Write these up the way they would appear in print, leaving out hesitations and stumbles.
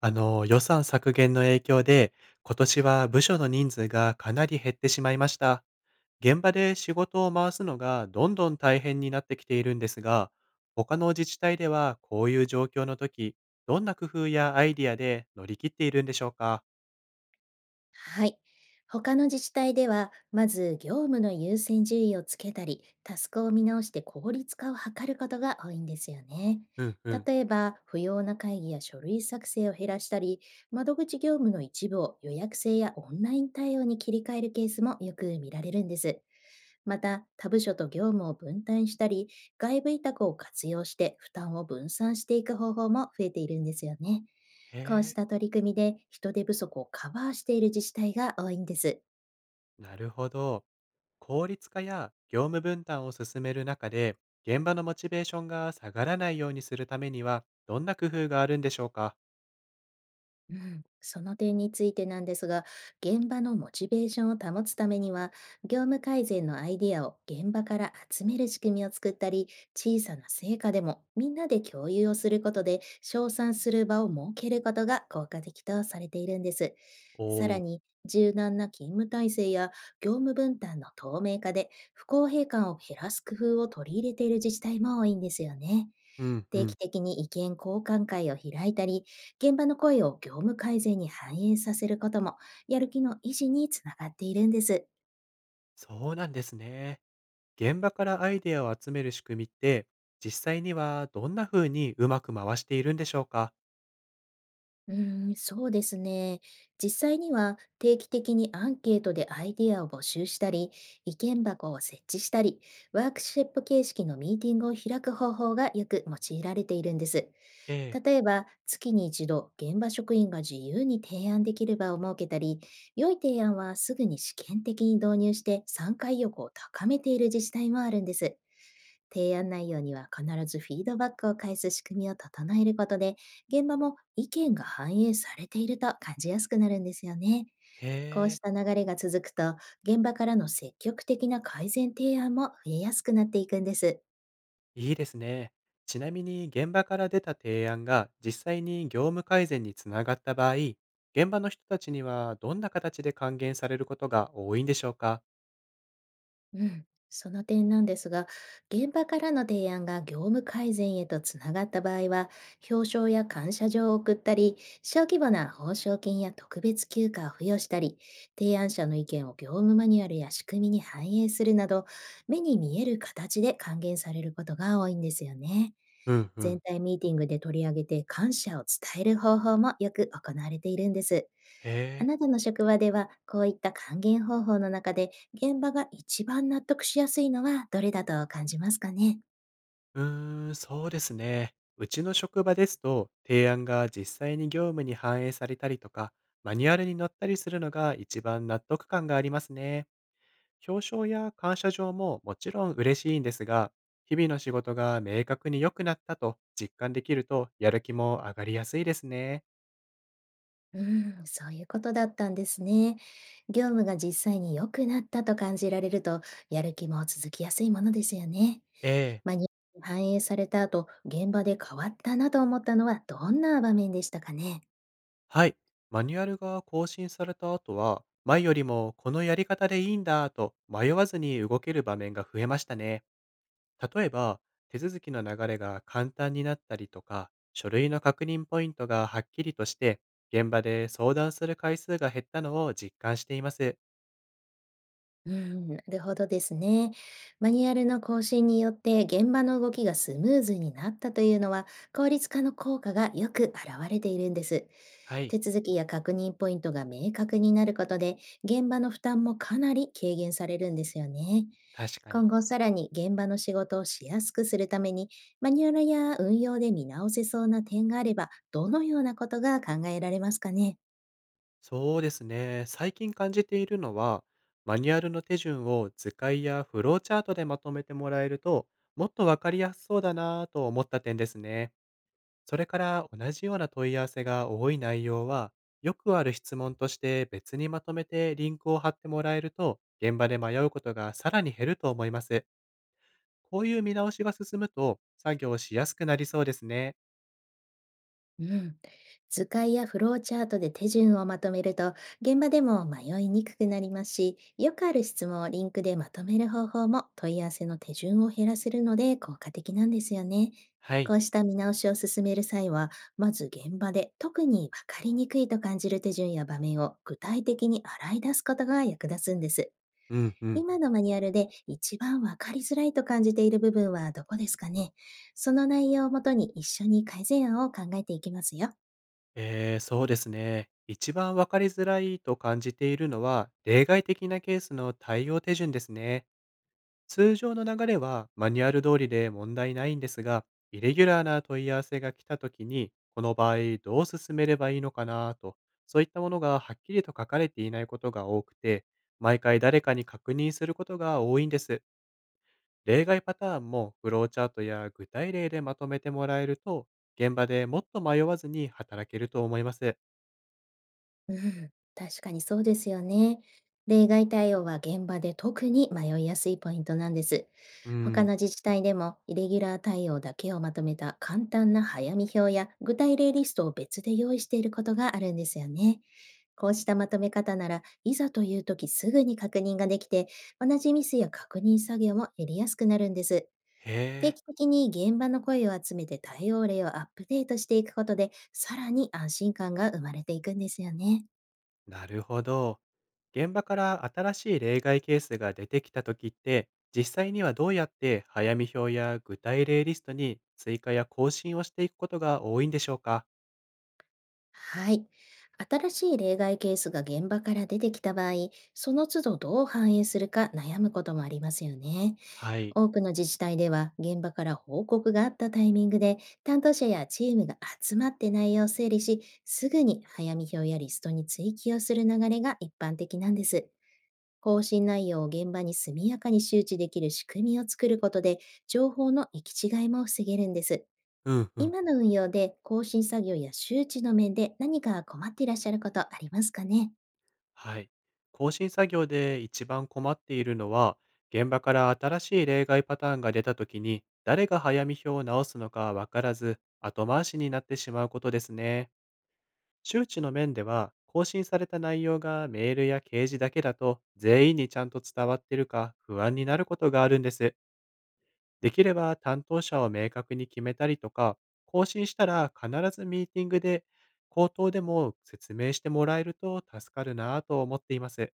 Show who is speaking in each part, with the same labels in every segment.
Speaker 1: 予算削減の影響で、今年は部署の人数がかなり減ってしまいました。現場で仕事を回すのがどんどん大変になってきているんですが、他の自治体ではこういう状況の時、どんな工夫やアイディアで乗り切っているんでしょうか？
Speaker 2: はい。他の自治体では、まず業務の優先順位をつけたり、タスクを見直して効率化を図ることが多いんですよね。
Speaker 1: うんうん。
Speaker 2: 例えば、不要な会議や書類作成を減らしたり、窓口業務の一部を予約制やオンライン対応に切り替えるケースもよく見られるんです。また、他部署と業務を分担したり、外部委託を活用して負担を分散していく方法も増えているんですよね。
Speaker 1: へ
Speaker 2: こうし
Speaker 1: え、
Speaker 2: た取り組みで人手不足をカバーしている自治体が多いんです。
Speaker 1: なるほど。効率化や業務分担を進める中で、現場のモチベーションが下がらないようにするためには、どんな工夫があるんでしょうか？
Speaker 2: うん、その点についてなんですが、現場のモチベーションを保つためには、業務改善のアイデアを現場から集める仕組みを作ったり、小さな成果でもみんなで共有をすることで、称賛する場を設けることが効果的とされているんです。
Speaker 1: お
Speaker 2: さ
Speaker 1: お
Speaker 2: ら
Speaker 1: ー、
Speaker 2: に、柔軟な勤務体制や業務分担の透明化で、不公平感を減らす工夫を取り入れている自治体も多いんですよね。
Speaker 1: うんう
Speaker 2: 定期
Speaker 1: ん。
Speaker 2: 的に意見交換会を開いたり、現場の声を業務改善に反映させることも、やる気の維持につながっているんです。
Speaker 1: そうなんですね。現場からアイデアを集める仕組みって、実際にはどんな風にうまく回しているんでしょうか？
Speaker 2: うーん、そうですね。実際には、定期的にアンケートでアイデアを募集したり、意見箱を設置したり、ワークショップ形式のミーティングを開く方法がよく用いられているんです。
Speaker 1: ええ。
Speaker 2: 例えば、月に一度、現場職員が自由に提案できる場を設けたり、良い提案はすぐに試験的に導入して参加意欲を高めている自治体もあるんです。提案内容には必ずフィードバックを返す仕組みを整えることで、現場も意見が反映されていると感じやすくなるんですよね。
Speaker 1: へ
Speaker 2: こう
Speaker 1: え、
Speaker 2: した流れが続くと、現場からの積極的な改善提案も増えやすくなっていくんです。
Speaker 1: いいですね。ちなみに現場から出た提案が実際に業務改善につながった場合、現場の人たちにはどんな形で還元されることが多いんでしょうか？
Speaker 2: うん、その点なんですが、現場からの提案が業務改善へとつながった場合は、表彰や感謝状を送ったり、小規模な報奨金や特別休暇を付与したり、提案者の意見を業務マニュアルや仕組みに反映するなど、目に見える形で還元されることが多いんですよね。
Speaker 1: うんう
Speaker 2: 全
Speaker 1: ん。
Speaker 2: 体ミーティングで取り上げて感謝を伝える方法もよく行われているんです。あ
Speaker 1: へえ。
Speaker 2: なたの職場では、こういった還元方法の中で、現場が一番納得しやすいのはどれだと感じますかね？
Speaker 1: うーん、そうですね。うちの職場ですと、提案が実際に業務に反映されたりとか、マニュアルに載ったりするのが一番納得感がありますね。表彰や感謝状ももちろん嬉しいんですが、日々の仕事が明確に良くなったと実感できると、やる気も上がりやすいですね。
Speaker 2: うーん、そういうことだったんですね。業務が実際に良くなったと感じられると、やる気も続きやすいものですよね。
Speaker 1: ええ、
Speaker 2: まあ、反映された後、現場で変わったなと思ったのはどんな場面でしたかね？
Speaker 1: はい。マニュアルが更新された後は、前よりもこのやり方でいいんだと迷わずに動ける場面が増えましたね。例えば、手続きの流れが簡単になったりとか、書類の確認ポイントがはっきりとして、現場で相談する回数が減ったのを実感しています。
Speaker 2: うん、なるほどですね。マニュアルの更新によって現場の動きがスムーズになったというのは、効率化の効果がよく表れているんです。
Speaker 1: はい。
Speaker 2: 手続きや確認ポイントが明確になることで、現場の負担もかなり軽減されるんですよね。
Speaker 1: 確か
Speaker 2: 今
Speaker 1: に。
Speaker 2: 後さらに現場の仕事をしやすくするために、マニュアルや運用で見直せそうな点があれば、どのようなことが考えられますかね？
Speaker 1: そうですね。最近感じているのは、マニュアルの手順を図解やフローチャートでまとめてもらえると、もっとわかりやすそうだなぁと思った点ですね。それから同じような問い合わせが多い内容は、よくある質問として別にまとめてリンクを貼ってもらえると、現場で迷うことがさらに減ると思います。こういう見直しが進むと、作業しやすくなりそうですね。
Speaker 2: うん、図解やフローチャートで手順をまとめると、現場でも迷いにくくなりますし、よくある質問をリンクでまとめる方法も問い合わせの手順を減らせるので効果的なんですよね。
Speaker 1: はい。
Speaker 2: こうした見直しを進める際は、まず現場で特に分かりにくいと感じる手順や場面を具体的に洗い出すことが役立つんです。
Speaker 1: うんうん。
Speaker 2: 今のマニュアルで一番分かりづらいと感じている部分はどこですかね？その内容をもとに、一緒に改善案を考えていきますよ。
Speaker 1: そうですね。一番わかりづらいと感じているのは、例外的なケースの対応手順ですね。通常の流れはマニュアル通りで問題ないんですが、イレギュラーな問い合わせが来た時に、この場合どう進めればいいのかなと、そういったものがはっきりと書かれていないことが多くて、毎回誰かに確認することが多いんです。例外パターンもフローチャートや具体例でまとめてもらえると、現場でもっと迷わずに働けると思います。
Speaker 2: うん、確かにそうですよね。例外対応は現場で特に迷いやすいポイントなんです。
Speaker 1: う
Speaker 2: 他
Speaker 1: ん。
Speaker 2: の自治体でも、イレギュラー対応だけをまとめた簡単な早見表や具体例リストを別で用意していることがあるんですよね。こうしたまとめ方なら、いざという時すぐに確認ができて、同じミスや確認作業も減りやすくなるんです。
Speaker 1: へ
Speaker 2: 定
Speaker 1: え。
Speaker 2: 期的に現場の声を集めて対応例をアップデートしていくことで、さらに安心感が生まれていくんですよね。
Speaker 1: なるほど。現場から新しい例外ケースが出てきたときって、実際にはどうやって早見表や具体例リストに追加や更新をしていくことが多いんでしょうか？
Speaker 2: はい。新しい例外ケースが現場から出てきた場合、その都度どう反映するか悩むこともありますよね。
Speaker 1: はい。
Speaker 2: 多くの自治体では、現場から報告があったタイミングで担当者やチームが集まって内容を整理し、すぐに早見表やリストに追記をする流れが一般的なんです。更新内容を現場に速やかに周知できる仕組みを作ることで、情報の行き違いも防げるんです。
Speaker 1: うんうん。
Speaker 2: 今の運用で更新作業や周知の面で何か困っていらっしゃることありますかね？
Speaker 1: はい。更新作業で一番困っているのは、現場から新しい例外パターンが出たときに、誰が早見表を直すのかわからず、後回しになってしまうことですね。周知の面では、更新された内容がメールや掲示だけだと、全員にちゃんと伝わってるか不安になることがあるんです。できれば担当者を明確に決めたりとか、更新したら必ずミーティングで口頭でも説明してもらえると助かるなぁと思っています。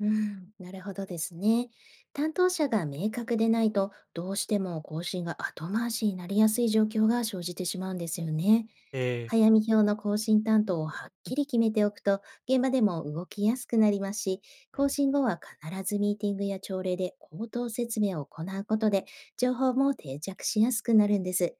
Speaker 2: うん、なるほどですね。担当者が明確でないと、どうしても更新が後回しになりやすい状況が生じてしまうんですよね。
Speaker 1: え
Speaker 2: 早見表の更新担当をはっきり決めておくと、現場でも動きやすくなりますし、更新後は必ずミーティングや朝礼で口頭説明を行うことで、情報も定着しやすくなるんです。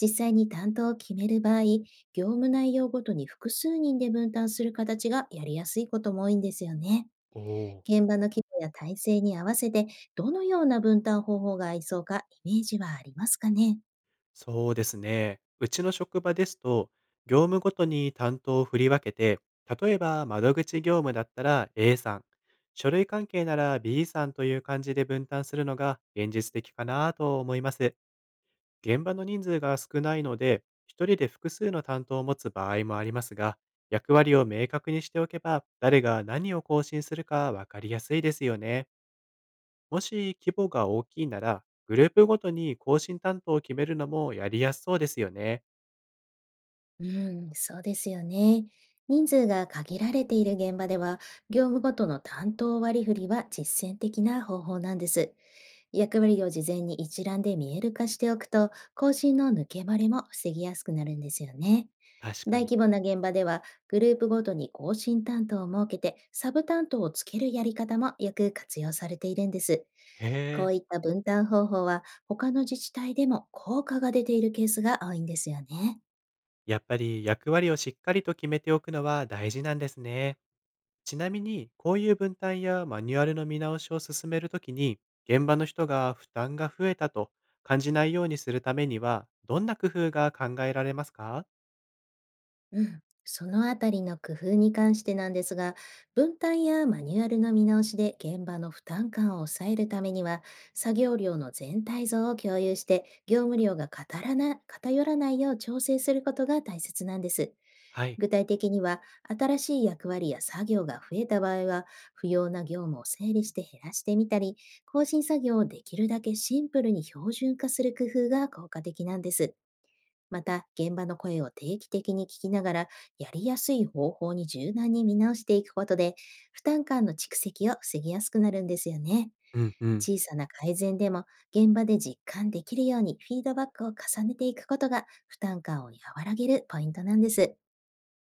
Speaker 2: 実際に担当を決める場合、業務内容ごとに複数人で分担する形がやりやすいことも多いんですよね。
Speaker 1: おー。
Speaker 2: 現場の規模や体制に合わせて、どのような分担方法が合いそうかイメージはありますかね？
Speaker 1: そうですね。うちの職場ですと、業務ごとに担当を振り分けて、例えば窓口業務だったら A さん、書類関係なら B さんという感じで分担するのが現実的かなと思います。現場の人数が少ないので、一人で複数の担当を持つ場合もありますが、役割を明確にしておけば、誰が何を更新するか分かりやすいですよね。もし規模が大きいなら、グループごとに更新担当を決めるのもやりやすそうですよね。
Speaker 2: うん、そうですよね。人数が限られている現場では、業務ごとの担当割り振りは実践的な方法なんです。役割を事前に一覧で見える化しておくと、更新の抜け漏れも防ぎやすくなるんですよね。
Speaker 1: 確か
Speaker 2: 大
Speaker 1: に。
Speaker 2: 規模な現場では、グループごとに更新担当を設けて、サブ担当をつけるやり方もよく活用されているんです。
Speaker 1: へ
Speaker 2: こ
Speaker 1: え。
Speaker 2: ういった分担方法は、他の自治体でも効果が出ているケースが多いんですよね。
Speaker 1: やっぱり役割をしっかりと決めておくのは大事なんですね。ちなみに、こういう分担やマニュアルの見直しを進めるときに、現場の人が負担が増えたと感じないようにするためには、どんな工夫が考えられますか？
Speaker 2: うん、そのあたりの工夫に関してなんですが、分担やマニュアルの見直しで現場の負担感を抑えるためには、作業量の全体像を共有して、業務量が偏らないよう調整することが大切なんです。
Speaker 1: はい。
Speaker 2: 具体的には、新しい役割や作業が増えた場合は、不要な業務を整理して減らしてみたり、更新作業をできるだけシンプルに標準化する工夫が効果的なんです。また、現場の声を定期的に聞きながら、やりやすい方法に柔軟に見直していくことで、負担感の蓄積を防ぎやすくなるんですよね。
Speaker 1: うんうん。
Speaker 2: 小さな改善でも現場で実感できるようにフィードバックを重ねていくことが、負担感を和らげるポイントなんです。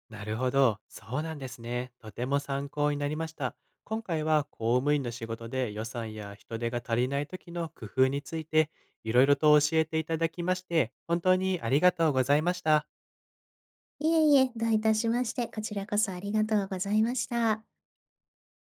Speaker 1: なるほど。そうなんですね。とても参考になりました。今回は公務員の仕事で予算や人手が足りない時の工夫についていろいろと教えていただきまして、本当にありがとうございました。
Speaker 2: いえいえ、どういたしまして。こちらこそありがとうございました。